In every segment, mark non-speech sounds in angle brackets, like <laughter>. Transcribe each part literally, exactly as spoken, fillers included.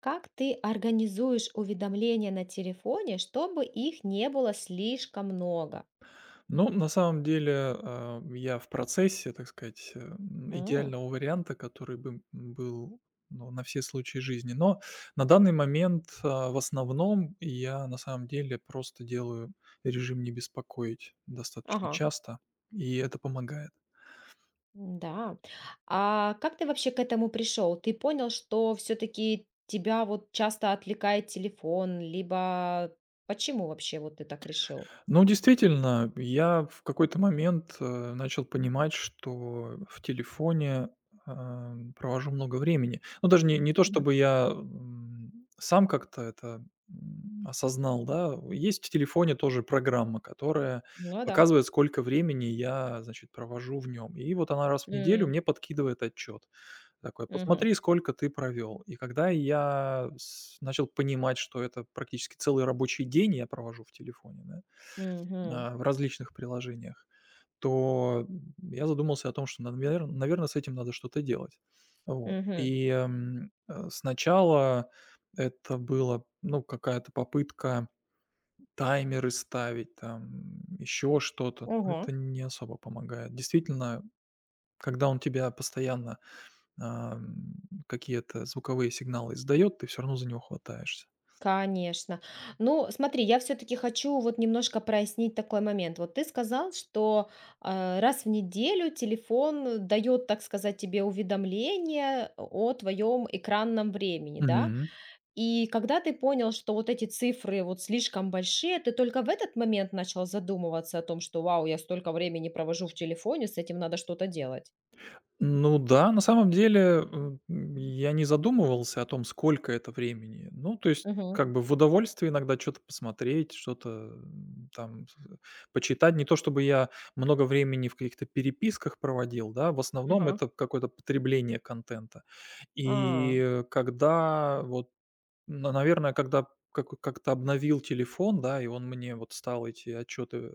Как ты организуешь уведомления на телефоне, чтобы их не было слишком много? Ну, на самом деле, а, я в процессе, так сказать, э, м, М. идеального варианта, который бы м, был ну, на все случаи жизни. Но на данный момент а, в основном я на самом деле просто делаю режим не беспокоить достаточно Ага. часто, и это помогает. Да. А как ты вообще к этому пришел? Ты понял, что все-таки тебя вот часто отвлекает телефон, либо почему вообще вот ты так решил? Ну, действительно, я в какой-то момент, э, начал понимать, что в телефоне, а, провожу много времени. Ну, даже не не то Мгм. чтобы я, м, сам как-то это, м, осознал, да. Есть в телефоне тоже программа, которая Ну да. показывает, сколько времени я, значит, провожу в нем. И вот она раз в неделю М, мне подкидывает отчет такой: мгм, «Посмотри, сколько ты провел». И когда я с начал понимать, что это практически целый рабочий день я провожу в телефоне, да, мгм, а, в различных приложениях, то я задумался о том, что, навер наверно, с этим надо что-то делать. Вот. мгм. И, м, э, сначала это было, ну, какая-то попытка таймеры ставить, там, еще что-то, но Ого. это не особо помогает. Действительно, когда он тебя постоянно, ам, какие-то звуковые сигналы издает, ты все равно за него хватаешься. Конечно. Ну, смотри, я все-таки хочу вот немножко прояснить такой момент. Вот ты сказал, что а, раз в неделю телефон дает, так сказать, тебе уведомление о твоем экранном времени, да? Мгм. И когда ты понял, что вот эти цифры вот слишком большие, ты только в этот момент начал задумываться о том, что, вау, я столько времени провожу в телефоне, с этим надо что-то делать. Ну да, на самом деле, м, я не задумывался о том, сколько это времени. Ну, то есть, Угу. как бы в удовольствие иногда что то посмотреть, что-то, м, там, с э, почитать. Не то чтобы я много времени в каких-то переписках проводил, да, в основном Ага. это какое-то потребление контента. И А, э, Когда вот, на наверное, когда как как-то обновил телефон, да, и он мне вот стал эти отчеты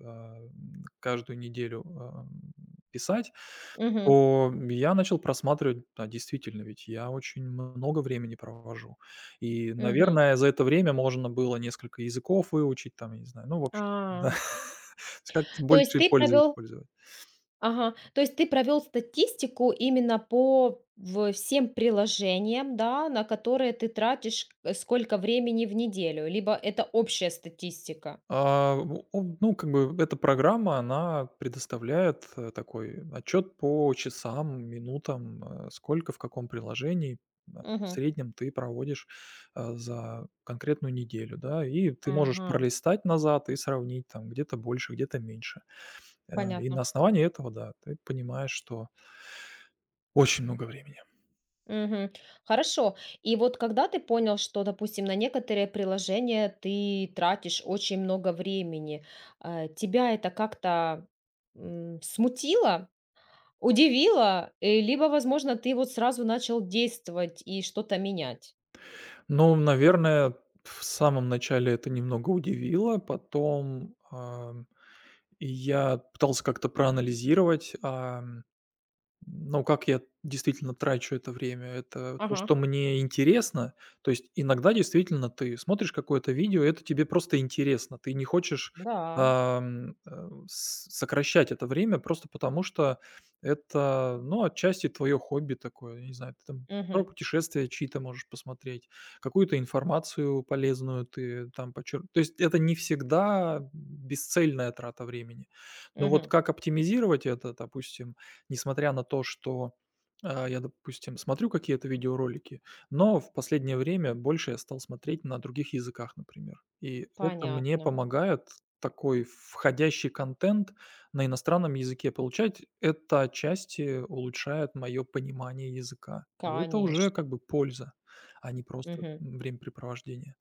каждую неделю, а, писать, Угу. то я начал просматривать, да, действительно, ведь я очень много времени провожу. И, Угу. наверное, за это время можно было несколько языков выучить, там, я не знаю, ну, в общем, а. да. <laughs> То есть как-то То есть больше и ты пользы провел использовать. Ага. То есть ты провел статистику именно по в всем приложениям, да, на которые ты тратишь, э, сколько времени в неделю, либо это общая статистика? А, у он, ну, как бы эта программа, она предоставляет, э, такой отчет по часам, минутам, э, сколько в каком приложении, да, в Мгм. среднем ты проводишь, э, за конкретную неделю, да. И ты можешь Ага. пролистать назад и сравнить, там где-то больше, где-то меньше. Э, и на Понятно. основании этого, да, ты понимаешь, что очень много времени. Мгм. Хорошо. И вот когда ты понял, что, допустим, на некоторые приложения ты тратишь очень много времени, э, тебя это как-то, м, смутило, удивило, э, либо, возможно, ты вот сразу начал действовать и что-то менять? Ну, наверное, в самом начале это немного удивило, потом, а И я пытался как-то проанализировать, ам, но как я действительно трачу это время? Это то, Ага. что мне интересно. То есть иногда действительно ты смотришь какое-то видео, это тебе просто интересно. Ты не хочешь, Да. ам, э, с сокращать это время просто потому, что это, ну, отчасти твое хобби такое. Я не знаю, ты там про Мгм. путешествия чьи-то можешь посмотреть, какую-то информацию полезную ты там почер То есть это не всегда бесцельная трата времени. Но вот Мгм. как оптимизировать это, допустим. Несмотря на то, что, а, я, допустим, смотрю какие-то видеоролики, но в последнее время больше я стал смотреть на других языках, например. И это мне Понятно. помогает такой входящий контент на иностранном языке получать. Это отчасти улучшает мое понимание языка. И это уже Конечно. как бы польза, а не просто Мгм. времяпрепровождение.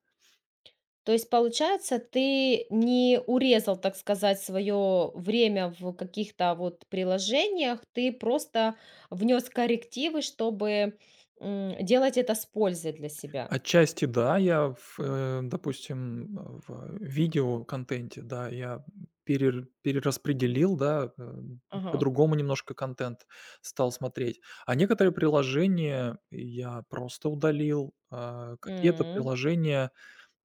То есть, получается, ты не урезал, так сказать, свое время в каких-то вот приложениях, ты просто внес коррективы, чтобы, м, делать это с пользой для себя. Отчасти да, я в, э, допустим, э, в видеоконтенте, да, я перер перераспределил, да, э, Ага. по-другому немножко контент стал смотреть. А некоторые приложения я просто удалил, а какие-то М. приложения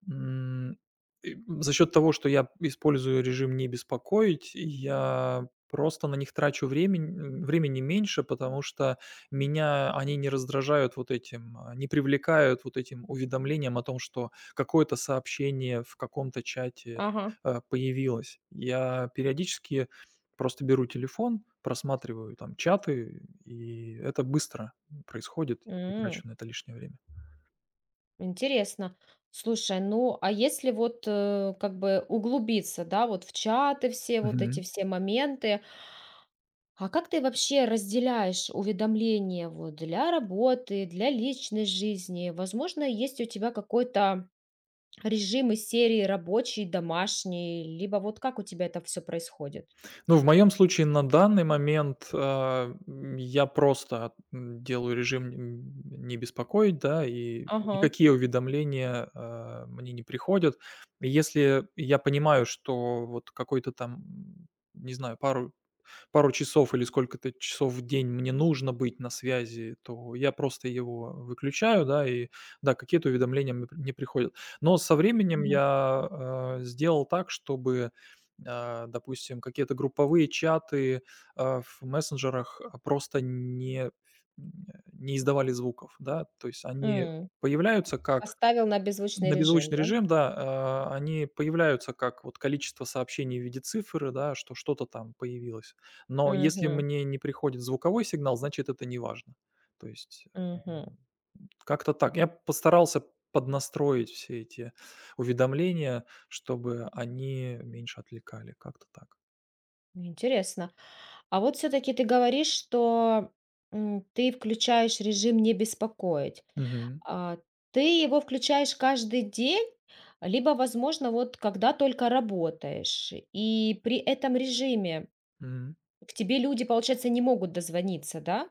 М, и за счет того, что я использую режим «не беспокоить», я просто на них трачу времени, времени меньше, потому что меня они не раздражают вот этим, а, не привлекают вот этим уведомлением о том, что какое-то сообщение в каком-то чате, Ага. э, появилось. Я периодически просто беру телефон, просматриваю там чаты, и это быстро происходит, я не М. трачу на это лишнее время. Интересно. Слушай, ну, а если вот, э, как бы углубиться, да, вот в чаты все вот эти Мгм. все моменты. А как ты вообще разделяешь уведомления вот для работы, для личной жизни? Возможно, есть у тебя какой-то режим из серии рабочий, домашний, либо вот как у тебя это все происходит? Ну, в моем случае на данный момент, а, м, я просто, м, делаю режим м, не беспокоить, да, и Ага. никакие уведомления, а, мне не приходят. И Если я понимаю, что вот какой-то там, м, не знаю, пару пару часов или сколько-то часов в день мне нужно быть на связи, то я просто его выключаю, да, и да, какие-то уведомления мне при- не приходят. Но со временем Мгм. я, э, сделал так, чтобы, а, допустим, какие-то групповые чаты, а, в мессенджерах, а, просто не не издавали звуков, да. То есть они М, появляются как Поставил на беззвучный на режим, беззвучный да? режим, да, э, они появляются как вот количество сообщений в виде цифры, да, что что-то там появилось. Но если Мгм, мне не приходит звуковой сигнал, значит, это не важно. То есть, э, мгм. как-то так. Я постарался поднастроить все эти уведомления, чтобы они меньше отвлекали. Как-то так. Интересно. А вот все-таки ты говоришь, что м, ты включаешь режим не беспокоить. Мгм. А, ты его включаешь каждый день, либо, возможно, вот когда только работаешь. И при этом режиме Мгм. к тебе люди, получается, не могут дозвониться, да?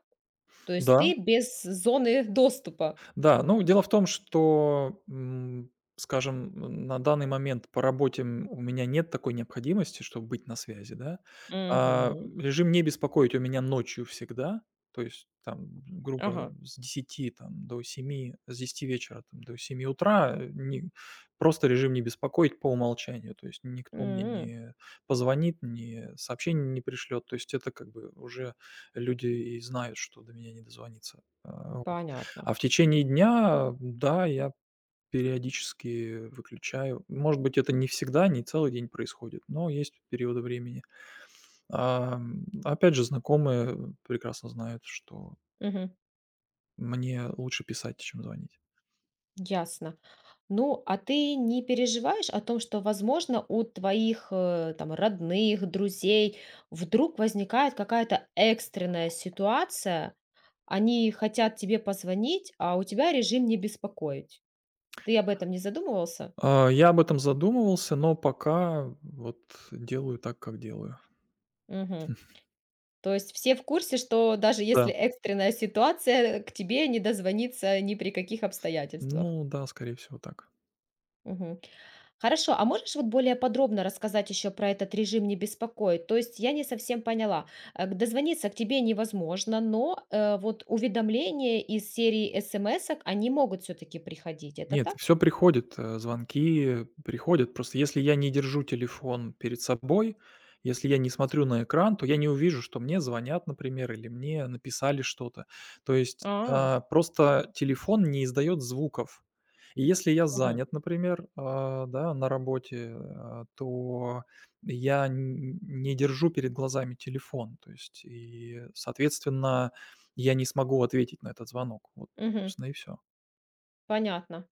То есть Да. ты без зоны <laughs> доступа. Да, ну, дело в том, что, м, скажем, на данный момент по работе, м, у меня нет такой необходимости, чтобы быть на связи, да. А, Мгм. Режим «не беспокоить» у меня ночью всегда, то есть там, грубо, Ага. с десяти там до семи с десяти вечера там до семи утра, э, не просто режим «не беспокоить» по умолчанию. То есть никто мне М, не позвонит, ни сообщение не пришлет. То есть это как бы уже люди и знают, что до меня не дозвониться. А, вот. Понятно. А в течение дня, да, я периодически выключаю. Может быть, это не всегда, не целый день происходит, но есть периоды времени. Ам, опять же, знакомые прекрасно знают, что Мгм. мне лучше писать, чем звонить. Ясно. Ну, а ты не переживаешь о том, что, возможно, у твоих э, там родных, друзей вдруг возникает какая-то экстренная ситуация, Они хотят тебе позвонить, а у тебя режим "не беспокоить". Ты об этом не задумывался? А, я об этом задумывался, но пока вот делаю так, как делаю. Мгм. То есть все в курсе, что даже если Да. экстренная ситуация, к тебе не дозвониться ни при каких обстоятельствах. Ну да, скорее всего так. Мгм. Хорошо, а можешь вот более подробно рассказать еще про этот режим "не беспокоить"? То есть я не совсем поняла. Э, к дозвониться к тебе невозможно, но, э, вот уведомления из серии эсэмэсок, они могут все-таки приходить. Это Нет, так? все приходит, э, звонки приходят. Просто если я не держу телефон перед собой, если я не смотрю на экран, то я не увижу, что мне звонят, например, или мне написали что-то. То есть, А, а, просто телефон не издает звуков. И если я мгм, занят, например, а, да, на работе, а, то я н не держу перед глазами телефон. То есть и, соответственно, я не смогу ответить на этот звонок. Вот, мгм. собственно, и все. Понятно.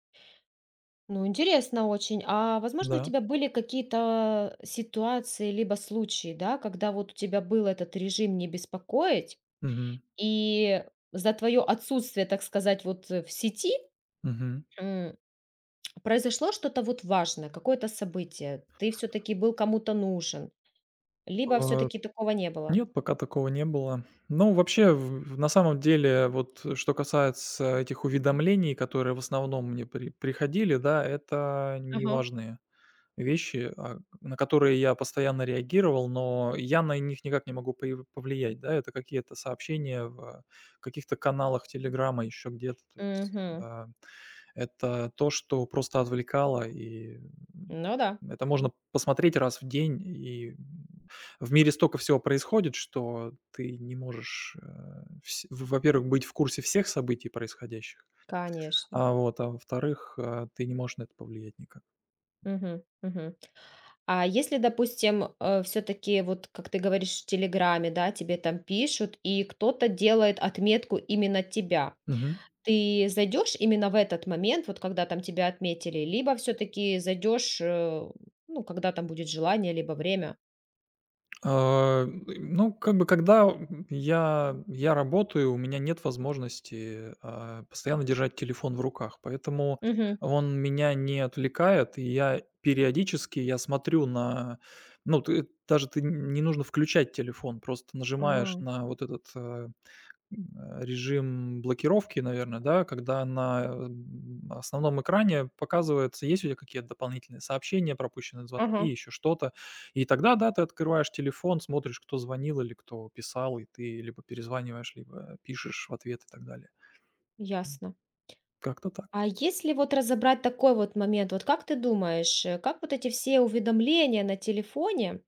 Ну, интересно очень. А возможно, у Да. тебя были какие-то э, ситуации либо случаи, да, когда вот у тебя был этот режим не беспокоить, Мгм. и за твое отсутствие, так сказать, вот э, в сети Мгм. м, произошло что-то вот важное, какое-то событие, ты все-таки был кому-то нужен, либо А, все-таки такого не было. нет, пока такого не было. Ну, вообще, в в- на самом деле, вот, э, что касается этих уведомлений, которые в основном мне при приходили, да, это Ага. неважные вещи, а, на которые я постоянно реагировал, но я на них никак не могу пои повлиять, да. Это какие-то сообщения в, э, каких-то каналах «Телеграма», еще где-то. Мгм. а Это то, что просто отвлекало, и, Ну да, это можно посмотреть раз в день. И, в мире столько всего происходит, что ты не можешь, э, вс в во-первых, быть в курсе всех событий происходящих, конечно. а, вот, а во-вторых, э, ты не можешь на это повлиять никак. Мгм, мгм. А если, допустим, все таки вот как ты говоришь, в "Телеграме", да, тебе там пишут, и кто-то делает отметку именно тебя. Мгм. Ты зайдешь именно в этот момент, вот когда там тебя отметили, либо все таки зайдешь, э, ну, когда там будет желание, либо время? А, ну, как бы, когда я я работаю, у меня нет возможности, а, постоянно держать телефон в руках, поэтому Мгм. он меня не отвлекает, и я периодически я смотрю на Ну, ты даже ты не нужно включать телефон, просто нажимаешь А, на вот этот, э э, режим блокировки, наверное, да, когда на, м, основном экране показывается, есть у тебя какие-то дополнительные сообщения, пропущенные звонки, ага, еще что-то. И тогда, да, ты открываешь телефон, смотришь, кто звонил или кто писал, и ты либо перезваниваешь, либо пишешь в ответ и так далее. М, ясно. Как-то так. А если вот разобрать такой вот момент, вот как ты думаешь, э, как вот эти все уведомления на телефоне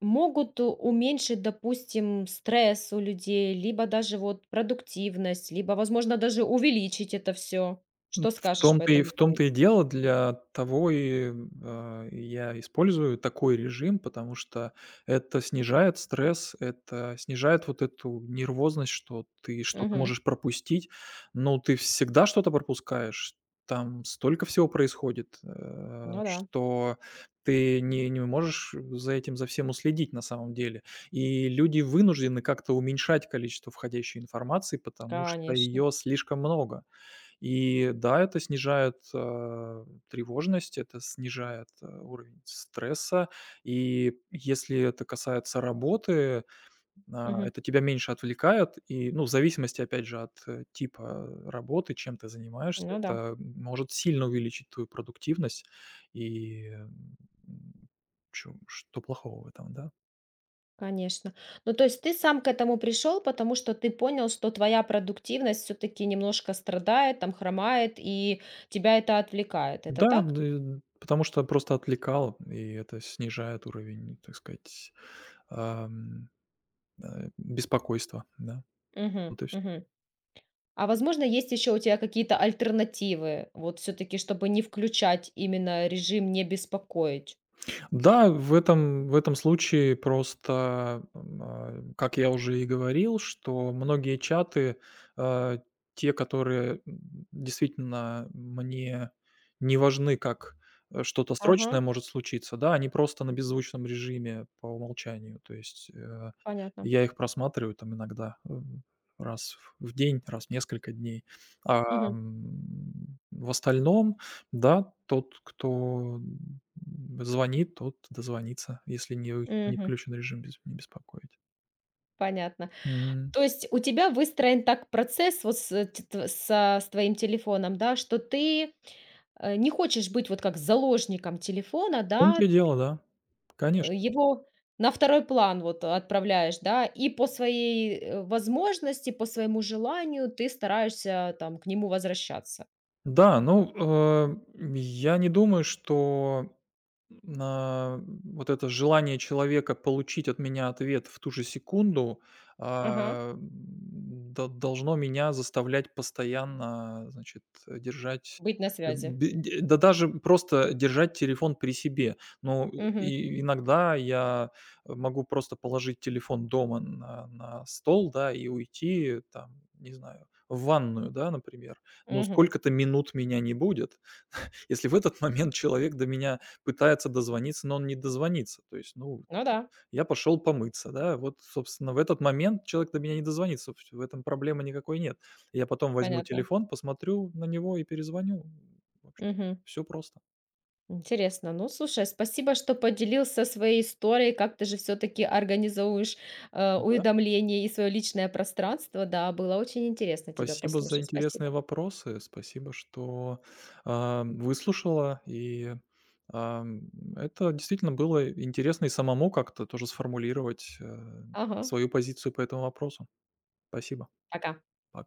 Могут у- уменьшить, допустим, стресс у людей, либо даже вот продуктивность, либо, возможно, даже увеличить это все. В Что скажешь по том-то и этому в поводу? том-то и дело, для того и, а, я использую такой режим, потому что это снижает стресс, это снижает вот эту нервозность, что ты что-то Мгм. можешь пропустить. Но ты всегда что-то пропускаешь. Там столько всего происходит, э, Ну да, что ты не не можешь за этим, за всем уследить на самом деле. И люди вынуждены как-то уменьшать количество входящей информации, потому что конечно. ее слишком много. И да, это снижает, а, тревожность, это снижает, а, уровень стресса. И если это касается работы, а, Мгм. это тебя меньше отвлекает. И, ну, в зависимости, опять же, от, э, типа работы, чем ты занимаешься, Ну да, это может сильно увеличить твою продуктивность. И, э, м, чё что плохого в этом, да? конечно. Ну, то есть ты сам к этому пришел, потому что ты понял, что твоя продуктивность все таки немножко страдает, там хромает, и тебя это отвлекает. Это Да, так? д потому что просто отвлекал и это снижает уровень, так сказать, Э, беспокойство, да. Мгм. Вот и всё. Мгм. А возможно, есть еще у тебя какие-то альтернативы, вот все-таки, чтобы не включать именно режим не беспокоить. Да, в этом, в этом случае просто, м, а, как я уже и говорил, что многие чаты, а, те, которые м, действительно мне не важны, как э, что-то Ага, срочное может случиться, да, они просто на беззвучном режиме по умолчанию. То есть э, понятно. я их просматриваю там иногда м, раз в в день, раз в несколько дней. А Мгм. м, в остальном, да, тот, кто звонит, тот дозвонится, если не у не Мгм. включен режим без «не беспокоить». Понятно. М, То есть у тебя выстроен так процесс вот с, э, т- тв- со- с твоим телефоном, да, что ты э, не хочешь быть вот как заложником телефона, в том-то да, и дело, да. э, Конечно. его на второй план вот отправляешь, да, и по своей э, возможности, по своему желанию ты стараешься там к нему возвращаться. Да, ну, э, я не думаю, что На вот это желание человека получить от меня ответ в ту же секунду, Ага. а, м, до должно меня заставлять постоянно, значит, э, держать, Быть на э, связи. бе де да даже просто держать телефон при себе. Ну, Мгм, и иногда я могу просто положить телефон дома на на стол, да, и уйти там, не знаю, в ванную, да, например. Но мгм. сколько-то минут меня не будет. Если в этот <laughs> момент человек до меня пытается дозвониться, но он не дозвонится, то есть, ну, Ну да, я пошел помыться, да, вот, собственно, в этот момент человек до меня не дозвонится, в в этом проблемы никакой нет. Я потом возьму понятно. телефон, посмотрю на него и перезвоню. Мгм. Все просто. Интересно. Ну, слушай, спасибо, что поделился своей историей, как ты же все-таки организовываешь э, Да, уведомления и свое личное пространство. Да, было очень интересно тебя спасибо за послушать. интересные Спасибо. вопросы, спасибо, что, а, выслушала, и, ам, это действительно было интересно и самому как-то тоже сформулировать, э, Ага, свою позицию по этому вопросу. Спасибо. пока. Пока.